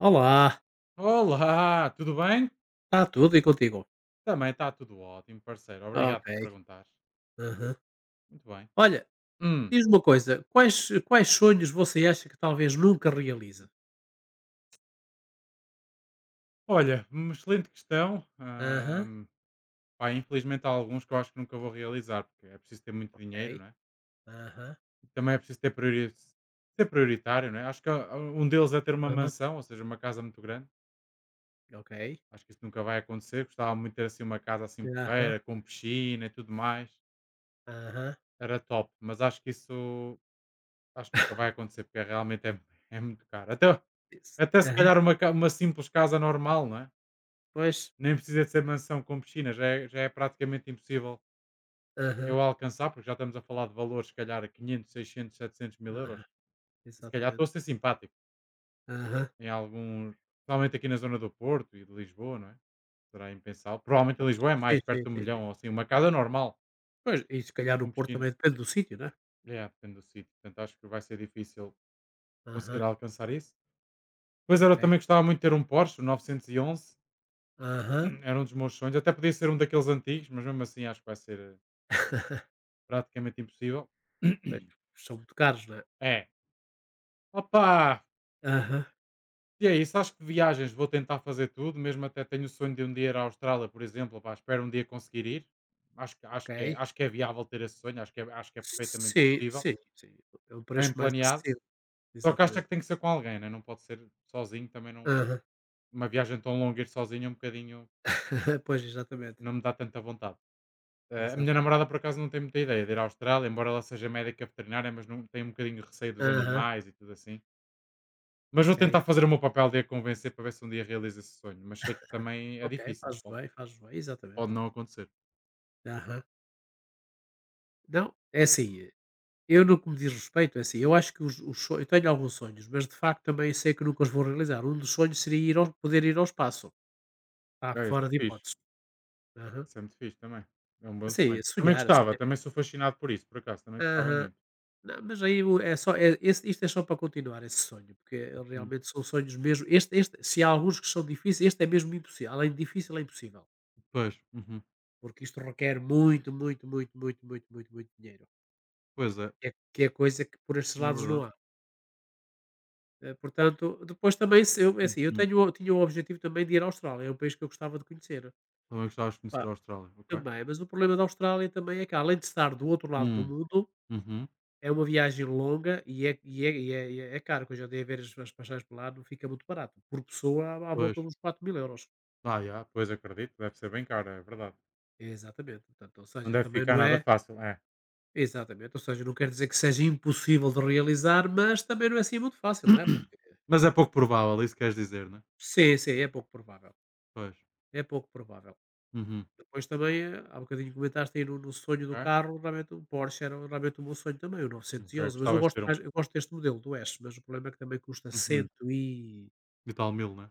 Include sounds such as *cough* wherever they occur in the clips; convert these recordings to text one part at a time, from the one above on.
Olá, Olá, tudo bem? está tudo e contigo? Também está tudo ótimo, parceiro. Ok. Obrigado por perguntar. Aham. Muito bem. Olha, Hum, diz-me uma coisa, quais sonhos você acha que talvez nunca realize? olha, uma excelente questão. Aham, Pá, infelizmente há alguns que eu acho que nunca vou realizar, porque é preciso ter muito dinheiro, ok. não é? Aham, E também é preciso ter ser prioritário, não é? Acho que um deles é ter uma aham, mansão, ou seja, uma casa muito grande. ok. Acho que isso nunca vai acontecer. Gostava muito de ter assim uma casa assim Aham, porreira, com piscina e tudo mais. aham. Era top, mas acho que isso acho que nunca vai acontecer, porque realmente é muito caro. Isso. Até se Aham, calhar uma simples casa normal, não é? pois. Nem precisa de ser mansão com piscina, já é praticamente impossível Aham, eu alcançar, porque já estamos a falar de valores se calhar a 500, 600, 700 aham, €. E se calhar estou a exatamente. ser simpático, Aham. em alguns principalmente aqui na zona do Porto e de Lisboa, não é? Será impensável. Provavelmente Ah, em Lisboa é sim, mais, perto sim, de um sim, sim. milhão, ou assim, uma casa normal, Pois, e se calhar no com Porto piscina. também depende do sítio, não é? É, depende do sítio, portanto acho que vai ser difícil conseguir Aham, alcançar isso. Pois era, ok. eu também gostava muito de ter um Porsche, o 911. Aham. Era um dos meus sonhos. Até podia ser um daqueles antigos, mas mesmo assim acho que vai ser *laughs* praticamente impossível. *coughs* Pois, *clears throat* são muito caros, não é? É. Opa! Aham, E é isso, acho que viagens vou tentar fazer tudo, mesmo até tenho o sonho de um dia ir à Austrália, por exemplo, pá, espero um dia conseguir ir. Acho que, ok. acho, que é, acho que é viável ter esse sonho, acho que é perfeitamente Sim, possível, sim, sim. É um preço bem mais planeado. acessível, Só que acho é exatamente. que tem que ser com alguém, né? Não pode ser sozinho, também não. Aham. Uma viagem tão longa ir sozinho é um bocadinho *laughs* Pois, exatamente. não me dá tanta vontade. A minha Exatamente. namorada, por acaso, não tem muita ideia de ir à Austrália, embora ela seja médica veterinária, mas não tem um bocadinho de receio dos Aham, animais e tudo assim. Mas vou ok, tentar fazer o meu papel de a convencer para ver se um dia realiza esse sonho. Mas sei que também é ok, difícil, fazes bem, exatamente. pode não acontecer. Aham. Não, é assim, eu no que me diz respeito, é assim, eu acho que os sonhos eu tenho alguns sonhos, mas de facto também sei que nunca os vou realizar. Um dos sonhos seria ir ao poder ir ao espaço. Está É, isso fora é de fixe. hipótese. Aham. Isso é muito fixe também. É um bom Sim, sonho. Também sonhar, gostava, sonhar. também sou fascinado por isso, por acaso, também gostava Aham. muito. Não, mas aí o é só é esse isto é só para continuar esse sonho, porque, Hum, realmente são sonhos mesmo este este se há alguns que são difíceis, este é mesmo impossível, além de difícil é impossível, Pois, uhum. porque isto requer muito, muito, muito, muito, muito, muito, muito dinheiro, Pois é, que é coisa que por estes não é lados não verdade. há. Portanto, depois também, se eu é assim, eu Uhum. tenho o tinha o objetivo também de ir à Austrália, é um país que eu gostava de conhecer. Também gostavas de conhecer Pá, a Austrália, ok? também, mas o problema da Austrália também é que, além de estar do outro lado do Hum. mundo, Uhum. é uma viagem longa e é e é e é e é caro, que eu já andei a ver as passagens por lá, não fica muito barato. Por pessoa, à Pois, volta dos 4.000€. ah, já, pois acredito, deve ser bem caro, é verdade. Exatamente. Portanto, ou Não seja, deve também ficar não nada é, fácil, é. exatamente, ou seja, não quer dizer que seja impossível de realizar, mas também não é assim muito fácil, não é? *clears throat* Porque Mas é pouco provável, é isso queres dizer, né? sim, sim, é pouco provável, Pois. é pouco provável. Uhum. Depois também, há um bocadinho comentaste aí no sonho do Ok, carro, realmente o Porsche era um, realmente o meu sonho também, o ok. 911, mas Gostavas de ter um. Eu gosto deste modelo do S, mas o problema é que também custa Uhum. cento e... E tal mil, né?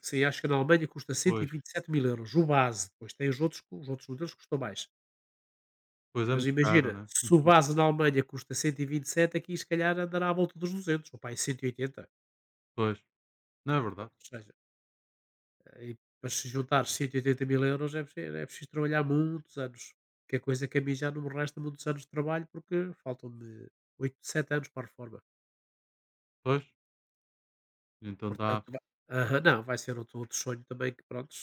Sim, acho que na Alemanha custa Pois. 127.000€, o base, depois tem os outros modelos que custam mais. Pois é Mas muito caro, imagina, né? se o Uhum. base na Alemanha custa 127, aqui se calhar andará à volta dos 200, ou pá, aí 180. Pois. Não É, é verdade. portanto, ou seja, aí para se juntar 180.000€ é preciso trabalhar muitos anos, que é coisa que a mim já não me resta muitos anos de trabalho, porque faltam-me oito, 7 anos para a reforma. Pois. Então Portanto, dá. vai, aham, não, vai ser outro sonho também que, pronto,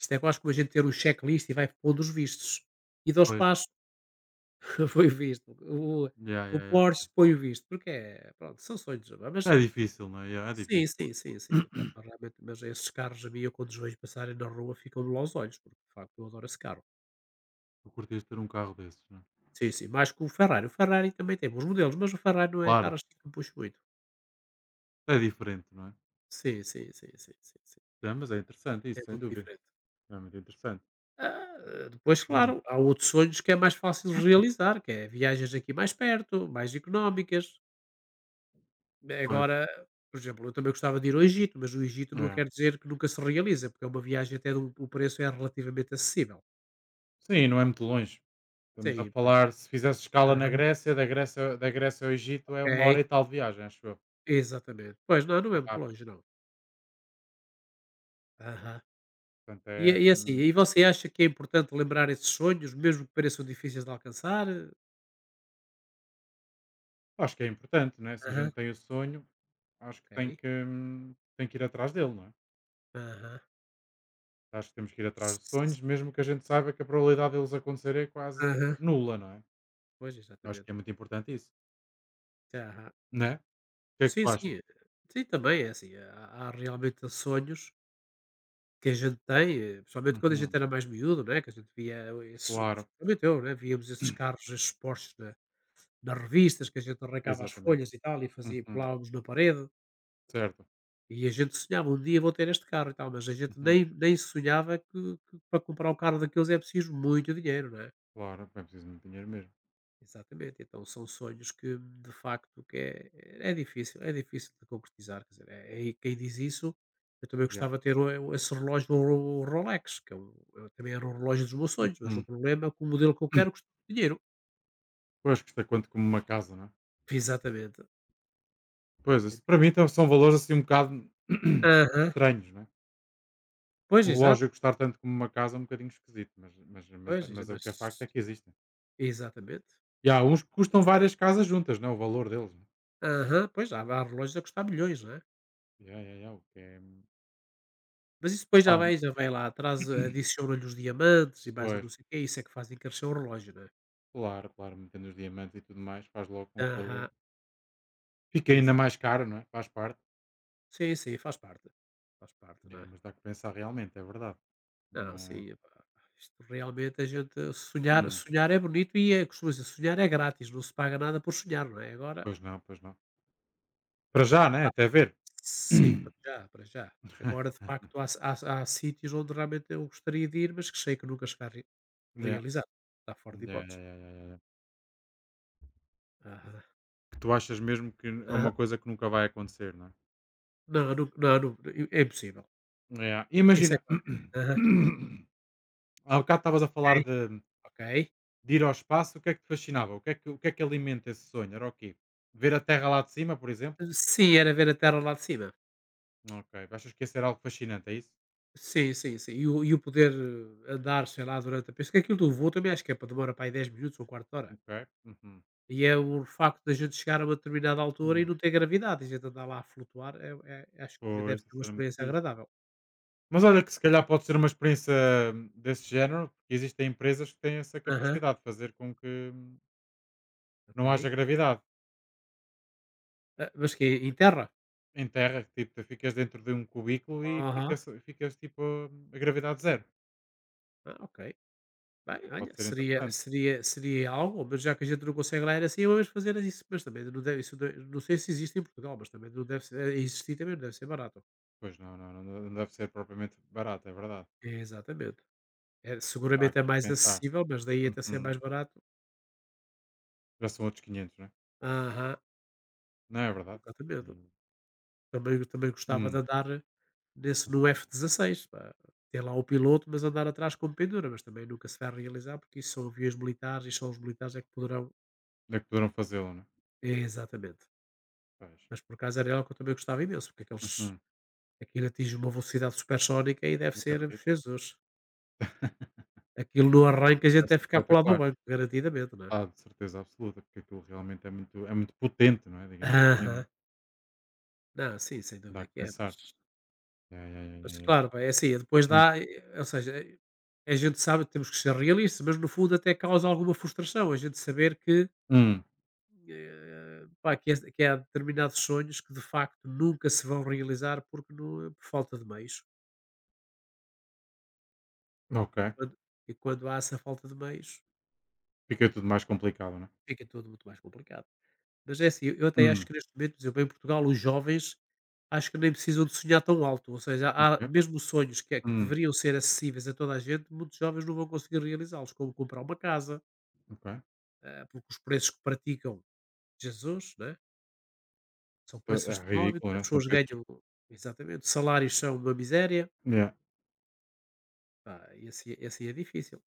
isto é quase como a gente ter um checklist e vai pondo os vistos. E dá os Pois. passos. *laughs* Foi visto. O Yeah, yeah, o yeah. Porsche foi visto, porque, é pronto, são sonhos, não é? Mas É difícil, não é? Yeah, é sim, difícil. sim, sim, sim, epá, *clears throat* realmente, mas esses carros a mim, eu quando os vejo passarem na rua ficam-me lá os olhos, porque de facto eu adoro esse carro. Tu curtias ter um carro desses, não é? Sim, sim, mais que o Ferrari. O Ferrari também tem bons modelos, mas o Ferrari não é carro Claro, assim que me puxa muito. é diferente, não é? Sim, sim, sim, sim, sim, sim. É, mas é interessante É isso, sem muito dúvida. diferente. É muito interessante. Ah, depois, Hum, claro, há outros sonhos que é mais fácil de realizar, que é viagens aqui mais perto, mais económicas. Bem, pois. agora, por exemplo, eu também gostava de ir ao Egito, mas o Egito não É. quer dizer que nunca se realiza, porque é uma viagem até de um... o preço é relativamente acessível. Sim, não é muito longe. Estamos a Sim, pois. falar, se fizesse escala na Aham, Grécia, da Grécia ao Egito é uma ok, hora e tal de viagem, acho eu. exatamente. Pois, não, não É é muito rápido. longe, não. Aham. Portanto, é, E assim, e você acha que é importante lembrar esses sonhos, mesmo que pareçam difíceis de alcançar? acho que é importante, né? Se a Aham, gente tem o sonho, acho que tem ok. que, hum, tem que ir atrás dele, não é? Aham. Acho que temos que ir atrás de S- sonhos, mesmo que a gente saiba que a probabilidade deles acontecer é quase Aham. nula, não é? Pois, Acho exatamente. que é muito importante isso, Aham. né? O que é que Sim, tu achas? sim. Sim, também é assim. Há realmente sonhos que a gente tem, principalmente quando a gente Uhum, era mais miúdo, né, que a gente via esses, claro, principalmente eu, né, víamos esses *clears throat* carros, esses Porsches na nas revistas, que a gente arrancava as exatamente. folhas e tal, e fazia, Uhum, colávamos na parede, certo. e a gente sonhava: "Um dia vou ter este carro e tal", mas a gente Uhum, nem sonhava que para comprar um carro daqueles é preciso muito dinheiro, né? claro, é preciso muito dinheiro mesmo. Exatamente, então são sonhos que de facto que é é difícil de concretizar, quer dizer, e quem diz isso, eu também Yeah. gostava de ter o esse relógio, o Rolex, que eu também era o relógio dos meus sonhos, mas o Uhum. problema é que o modelo que eu quero custa muito dinheiro. Pois custa quanto como uma casa, não é? *laughs* Exatamente. Pois, isso para mim então são valores assim um bocado *clears throat* Aham. estranhos, né é? Pois, Um exato, relógio custar tanto como uma casa é um bocadinho esquisito, mas mas mas pois, mas o que é facto é que existem. exatamente. E há uns que custam É. várias casas juntas, não é, o valor deles, né. Aham, pois, há relógios a custar milhões, não é? Ya, ya, ya, o que é Mas isso depois já pá, vai já vai lá atrás, adiciona-lhe os diamantes e mais o pois, não sei o quê, isso é que fazem encarecer o relógio, não é? claro, claro, metendo os diamantes e tudo mais, faz logo com que ele Aham, fique ainda exa mais caro, não é, faz parte. sim, sim, faz parte. Faz parte, É, não é? mas dá que pensar realmente, é verdade. Não, Mas sim, epá, isto realmente, a gente sonhar, hum, sonhar é bonito e é, costuma dizer, sonhar é grátis, não se paga nada por sonhar, não é? Agora... pois não, pois não. Para já, né, Ah, até ver. sim, para *clears throat* já, para já. Agora, de facto, há sítios onde realmente eu gostaria de ir, mas que sei que nunca chegar re Ya, realizado. Está fora de ya, ya, hipóteses. ya, ya, ya. Aham, Que tu achas mesmo que é aham. uma coisa que nunca vai acontecer, não é? Não, não, não, não, é impossível. É, Isso é imagina, quase... *coughs* aham, *clears throat* Há bocado estavas a ok, falar ok. de ir ao espaço, o que é que te fascinava? O que é que alimenta esse sonho? Era o quê? Ver a Terra lá de cima, por exemplo? Sim, era ver a terra lá de cima. Ok. Achas que ia ser algo fascinante, é isso? Sim, sim, sim. E o, poder, andar, sei lá, durante a... Penso que aquilo do voo também acho que é para demora para aí 10 minutos ou um quarto de hora. Ok. Uhum. E é o facto da gente chegar a uma determinada altura e Hum, não ter gravidade. A gente andar lá a flutuar, acho que deve pois, ser isso uma era muito experiência fixe. agradável. Mas olha que se calhar pode ser uma experiência desse género, porque existem empresas que têm essa Aham, capacidade de fazer com que não haja ok. gravidade. Ah, mas que em terra? Em terra, que, tipo, tu ficas dentro de um cubículo e Aham, ficas tipo a gravidade zero. ah, ok. Bem, olha, Pode ser seria, interessante. seria, seria algo, mas já que a gente não consegue lá, era assim, vamos fazer isso. Mas também não deve, isso não, não sei se existe em Portugal, mas também não deve ser, existir também não deve ser barato. Pois não, não, não, não deve ser propriamente barato, é verdade. Exatamente. É, Está seguramente é aqui que mais pensar. acessível, mas daí até ser Uhum. mais barato. Já são outros 500 não é? Aham, Não é verdade? exatamente. E, Também gostava de hum, andar nesse no F-16, pá, ter lá o piloto, mas andar atrás com pendura, mas também nunca se vai realizar, porque isso são aviões militares e só os militares é que poderão. onde é que poderão fazê-lo, não é? É, exatamente. Pois. Mas por acaso era algo que eu também gostava imenso, porque aqueles Uhum. aquilo atinge uma velocidade supersónica e deve Não ser acredito. Jesus. *laughs* Aquilo no arranque a Deve gente ser deve ficar colado ao espetacular. banco, garantidamente, não é? Ah, de certeza absoluta, porque aquilo realmente é muito potente, não é? Digamos assim, não Aham. é? Não, sim, sem Dá dúvida que que é, pensar. mas... É, é, é, é, é. claro, pá, é assim, é depois Hum. dá, ou seja, a gente sabe, temos que ser realistas, mas no fundo até causa alguma frustração a gente saber que, Hum. Pá, que há determinados sonhos que de facto nunca se vão realizar, porque não, por falta de meios. Ok. E quando e quando há essa falta de meios, Fica tudo mais complicado, não é? fica tudo muito mais complicado. Mas é assim, eu até acho Hum. que neste momento, por exemplo, em Portugal, os jovens acho que nem precisam de sonhar tão alto, ou seja, há Ok. mesmo sonhos que Hum, deveriam ser acessíveis a toda a gente, muitos jovens não vão conseguir realizá-los, como comprar uma casa. ok. Ah, porque os preços que praticam, Jesus, né, são É preços astronómicos, ridículo, as né? São pessoas preços ganham, exatamente, os salários são uma miséria, yeah. pá, e assim, é difícil,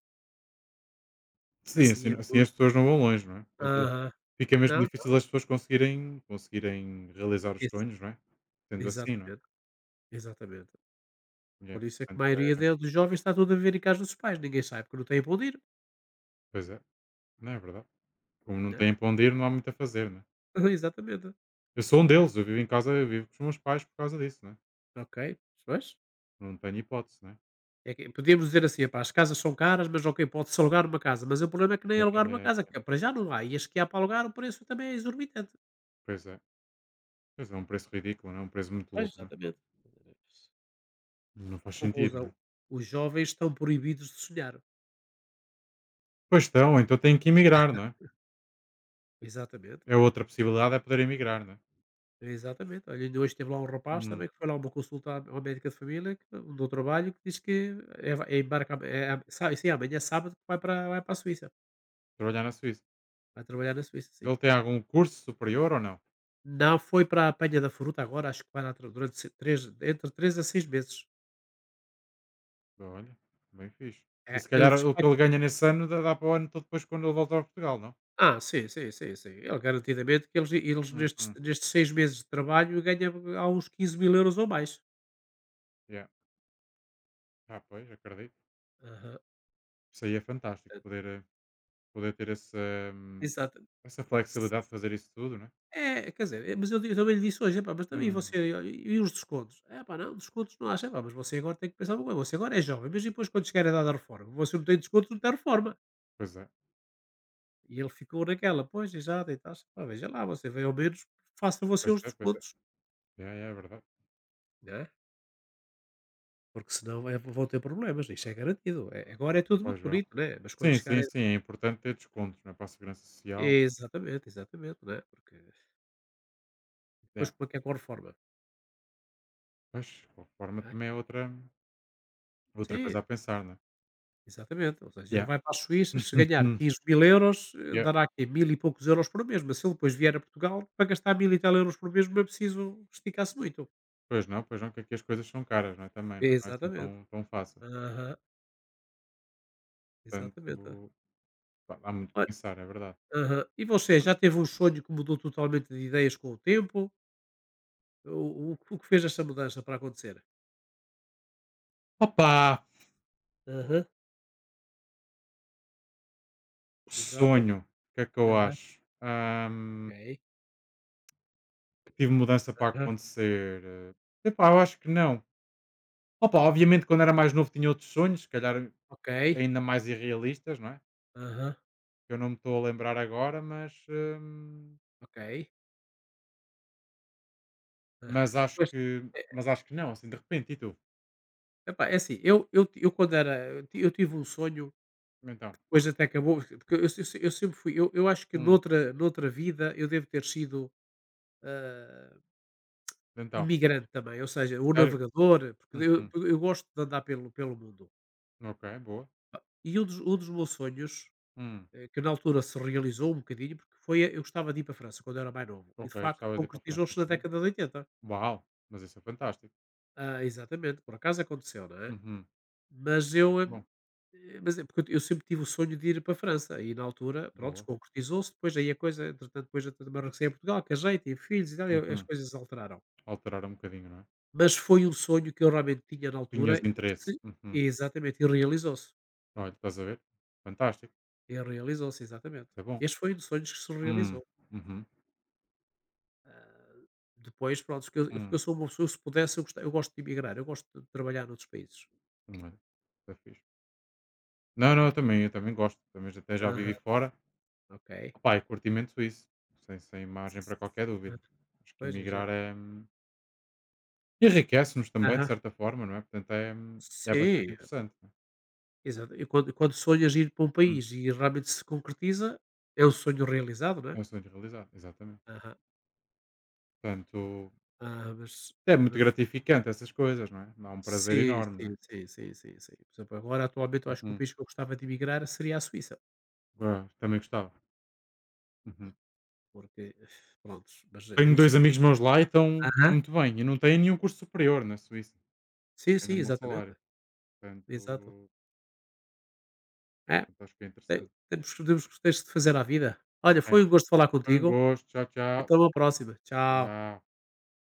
Sim, assim assim é assim muito... as pessoas não vão longe, não é? É aham. fica mesmo Não, difícil não, as pessoas conseguirem realizar os ex sonhos, não é? Sendo assim, não é? exatamente, exatamente. Yeah, Por isso é que a portanto maioria é de dos jovens está tudo a viver em casa dos pais, ninguém sabe porque não tem para onde ir, pois é, não é verdade. Como não né. têm para onde ir, não há muito a fazer, não é? *laughs* Exatamente. Eu sou um deles, eu vivo com os meus pais por causa disso, não é? Ok, pois. Não tenho hipótese, não é? É que podíamos dizer assim: "Epá, as casas são caras, mas, ok, pode-se alugar uma casa", mas o problema é que nem alugar uma casa, Eh, que para já não há, e as que há para alugar o preço também é exorbitante. pois é. Pois é um preço ridículo, não é? Um preço muito Pois, louco, não é? exatamente. Não faz sentido, não Conclusão, é? os jovens estão proibidos de sonhar. Pois estão, então têm que emigrar, não é? Exatamente, É outra possibilidade é poder emigrar, não é? exatamente. Olha, ainda hoje teve lá um rapaz também Hum. que foi lá a uma consulta a uma médica de família que, um do trabalho, que diz que embarca, sim, amanhã é sábado, que vai para, vai para a Suíça. Trabalhar na Suíça. Vai trabalhar na Suíça, sim. Ele tem algum curso superior ou não? Não, foi para a apanha da fruta agora, acho que vai lá durante três, entre 3 a 6 meses. Olha, bem fixe. E É, se ele calhar diz que o vai... que ele ganha nesse ano dá, dá para o ano todo depois quando ele voltar a Portugal, não? Ah, sim, sim, sim, sim. Ele garantidamente que eles nestes, Uhum. nestes 6 meses de trabalho ganham há uns 15 mil euros ou mais. Yeah. Ah, pois, acredito. Aham. Isso aí é fantástico, Portanto, poder, eh, poder ter essa, hum, exata essa s flexibilidade de fazer isso tudo, né? é, quer dizer, mas eu também lhe disse hoje: "Epá, mas também você Hum. olha, e os descontos?" É, pá, não, descontos não acho." "Epá, mas você agora tem que pensar uma coisa, você agora é jovem, mas depois quando chegar a idade da reforma? Você não tem descontos, não tem reforma." Pois é, E ele ficou naquela: "Pois, exato e tal." "Pá, veja lá, você veio, ao menos faça você pois os é, pois é. descontos, Yeah, yeah, é verdade. né, porque senão vai vão ter problemas, isso é garantido. Agora é tudo muito Pois é. bonito, né, mas quando Sim, chegar a..." sim, sim, é importante ter descontos não é? Para a segurança social. Não é? Exatamente, exatamente, né, porque depois Yeah. como é que é com a reforma, Pois, de qualquer forma, não é? também é outra, outra Sim. coisa a pensar, não é? Exatamente, ou seja, ele Yeah. vai para a Suíça, se ganhar Uhum. 15.000€, Yeah. dará aqui mil e poucos euros por mês, mas se ele depois vier a Portugal, para gastar mil e tal euros por mês, não é preciso esticar-se muito. Pois não, que aqui as coisas são caras, não é? Também, não é assim Exatamente. tão, tão fácil. Aham, exatamente. Portanto, pá, há muito que Olha, pensar, é verdade. aham. E você, já teve um sonho que mudou totalmente de ideias com o tempo? O que fez essa mudança para acontecer? Opa! Aham, exato. Sonho! O que é que eu Aham, acho? Ahm, ok. que tive mudança para Aham, acontecer? Epá eu acho que não. Opa, obviamente quando era mais novo tinha outros sonhos, se calhar ok. ainda mais irrealistas, não é? Aham, Que eu não me estou a lembrar agora, mas, ok. Ah, mas acho pois, que é, mas acho que não, assim, de repente, e tu? epá, é assim, eu, quando era, eu tive um sonho. Então, Depois até acabou, porque eu se eu sempre fui, eu acho que hum, noutra vida eu devo ter sido, hã, então, imigrante também, ou seja, o sério? navegador, porque eu Uhum. eu gosto de andar pelo mundo. Ok, boa. E um dos meus sonhos, Hum. Que na altura se realizou um bocadinho, porque eu gostava de ir para a França quando eu era mais novo e Ok, de facto gostavas de ir para a França, concretizou-se na entendi. década de 80. Uau! Mas isso é fantástico. Ah, exatamente, por acaso aconteceu, não é? Uhum. Muito Mas eu, hum, bom. mas é porque eu sempre tive o sonho de ir para a França e na altura, prontos, Boa. concretizou-se, depois aí a coisa, entretanto, depois eu também regressei a Portugal, casei, tive filhos e tal, e as Uhum. coisas alteraram. Alterar um bocadinho, não é? Mas foi um sonho que eu realmente tinha na altura Tinhas e que interesse. se, Uhum. exatamente, e realizou-se. Olha, estás a ver? Fantástico. E realizou-se, exatamente. Isso é bom. Este foi um dos sonhos que se Hum. realizou. Uhum. Ah, depois, pronto, que eu, porque Hum. eu sou uma pessoa, se pudesse, eu gostava, eu gosto de emigrar, eu gosto de trabalhar noutros países. Olha, isso é fixe. Não, não, Aham, eu também gosto. Também já- até já vivi aham, fora. ok. Opá, e curtimento suíço. Sem, sem margem para qualquer Ah, dúvida. Acho que pois, emigrar exato. é... enriquece-nos também, de Aham. certa forma, não é? Portanto, é, é Sim, bastante interessante. Não é? exato. E quando sonhas ir para um Hum. país e realmente se concretiza, é um sonho realizado, é? É um sonho realizado, exatamente. Aham. Portanto, Ah, mas é mas muito gratificante essas coisas, não é? Dá um prazer sim, enorme, não é? sim, sim, sim, sim, sim. Por exemplo, agora atualmente eu acho que o Uhum. país que eu gostava de emigrar seria a Suíça, Ah, também gostava. Uhum. porque, pronto, mas, Tenho não se... dois amigos meus lá e estão Aham. muito bem. E não têm nenhum curso superior na Suíça. Sim, sim, Ganham um bom exatamente. salário. Exato. Portanto, É, portanto, acho que é te interessante. Temos que, tens de fazer à vida. Olha, É. foi um gosto falar Foi um contigo. gosto. Tchau, tchau. Então, uma próxima. Tchau. Tchau.